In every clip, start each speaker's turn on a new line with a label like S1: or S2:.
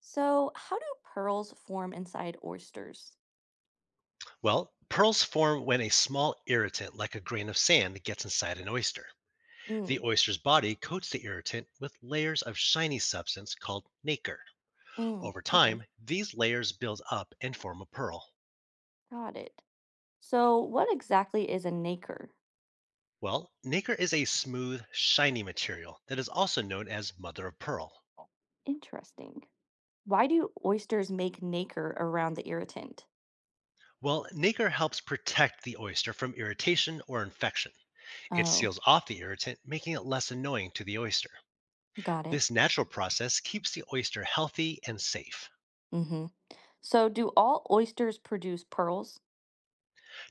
S1: So, how do pearls form inside oysters?
S2: Well, pearls form when a small irritant, like a grain of sand, gets inside an oyster. The
S1: Mm,
S2: oyster's body coats the irritant with layers of shiny substance called nacre.
S1: mm,
S2: Over
S1: okay,
S2: time, these layers build up and form a pearl.
S1: got it. So, what exactly is a nacre?
S2: Well, nacre is a smooth, shiny material that is also known as mother of pearl.
S1: Interesting. Why do oysters make nacre around the irritant?
S2: Well, nacre helps protect the oyster from irritation or infection. It
S1: Oh,
S2: seals off the irritant, making it less annoying to the oyster.
S1: got it.
S2: This natural process keeps the oyster healthy and safe.
S1: Mm-hmm. So, do all oysters produce pearls?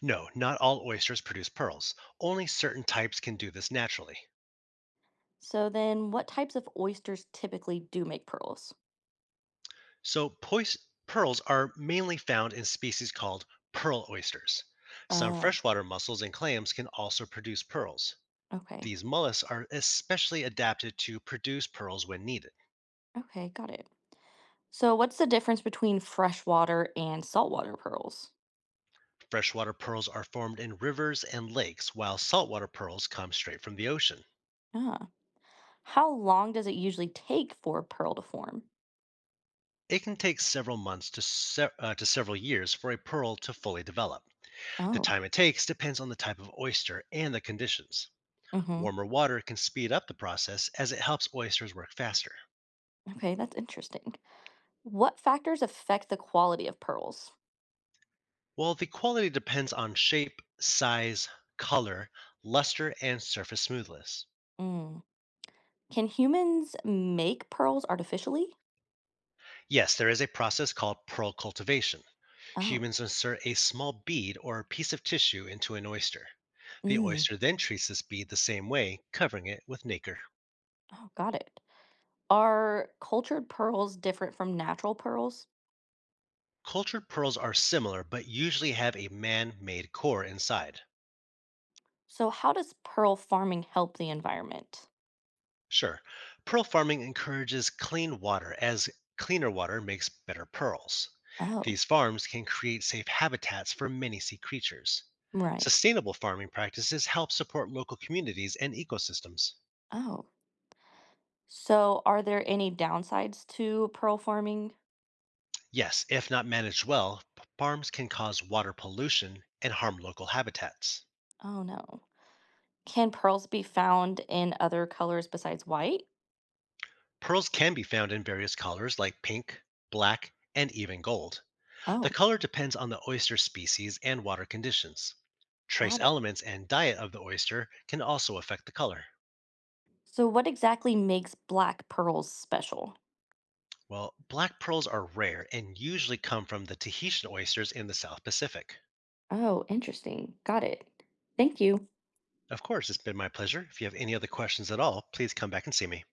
S2: No, not all oysters produce pearls. Only certain types can do this naturally.
S1: So, then what types of oysters typically do make pearls?
S2: So, pearls are mainly found in species called pearl oysters. Some
S1: Uh,
S2: freshwater mussels and clams can also produce pearls.
S1: okay,
S2: These mollusks are especially adapted to produce pearls when needed.
S1: okay, got it. So, what's the difference between freshwater and saltwater pearls?
S2: Freshwater pearls are formed in rivers and lakes, while saltwater pearls come straight from the ocean.
S1: Ah. How long does it usually take for a pearl to form?
S2: It can take several months to several years for a pearl to fully develop. The
S1: Oh,
S2: time it takes depends on the type of oyster and the conditions.
S1: hmm.
S2: Warmer water can speed up the process as it helps oysters work faster.
S1: Okay, that's interesting. What factors affect the quality of pearls?
S2: While the quality depends on shape, size, color, luster, and surface smoothness.
S1: Mm. Can humans make pearls artificially?
S2: Yes, there is a process called pearl cultivation.
S1: Oh,
S2: Humans insert a small bead or a piece of tissue into an oyster. The
S1: mm.
S2: oyster then treats this bead the same way, covering it with nacre.
S1: Oh, got it. Are cultured pearls different from natural pearls?
S2: Cultured pearls are similar but usually have a man made core inside.
S1: So, how does pearl farming help the environment?
S2: Sure. Pearl farming encourages clean water as cleaner water makes better pearls.
S1: Oh,
S2: These farms can create safe habitats for many sea creatures.
S1: right.
S2: Sustainable farming practices help support local communities and ecosystems.
S1: Oh. So, are there any downsides to pearl farming?
S2: Yes, if not managed well, farms can cause water pollution and harm local habitats.
S1: Oh, no. Can pearls be found in other colors besides white?
S2: Pearls can be found in various colors like pink, black, and even gold. The
S1: Oh,
S2: color depends on the oyster species and water conditions. Trace
S1: got it.
S2: elements and diet of the oyster can also affect the color.
S1: So, what exactly makes black pearls special?
S2: Well, black pearls are rare and usually come from the Tahitian oysters in the South Pacific.
S1: Oh, interesting. Got it. Thank you.
S2: Of course, it's been my pleasure. If you have any other questions at all, please come back and see me.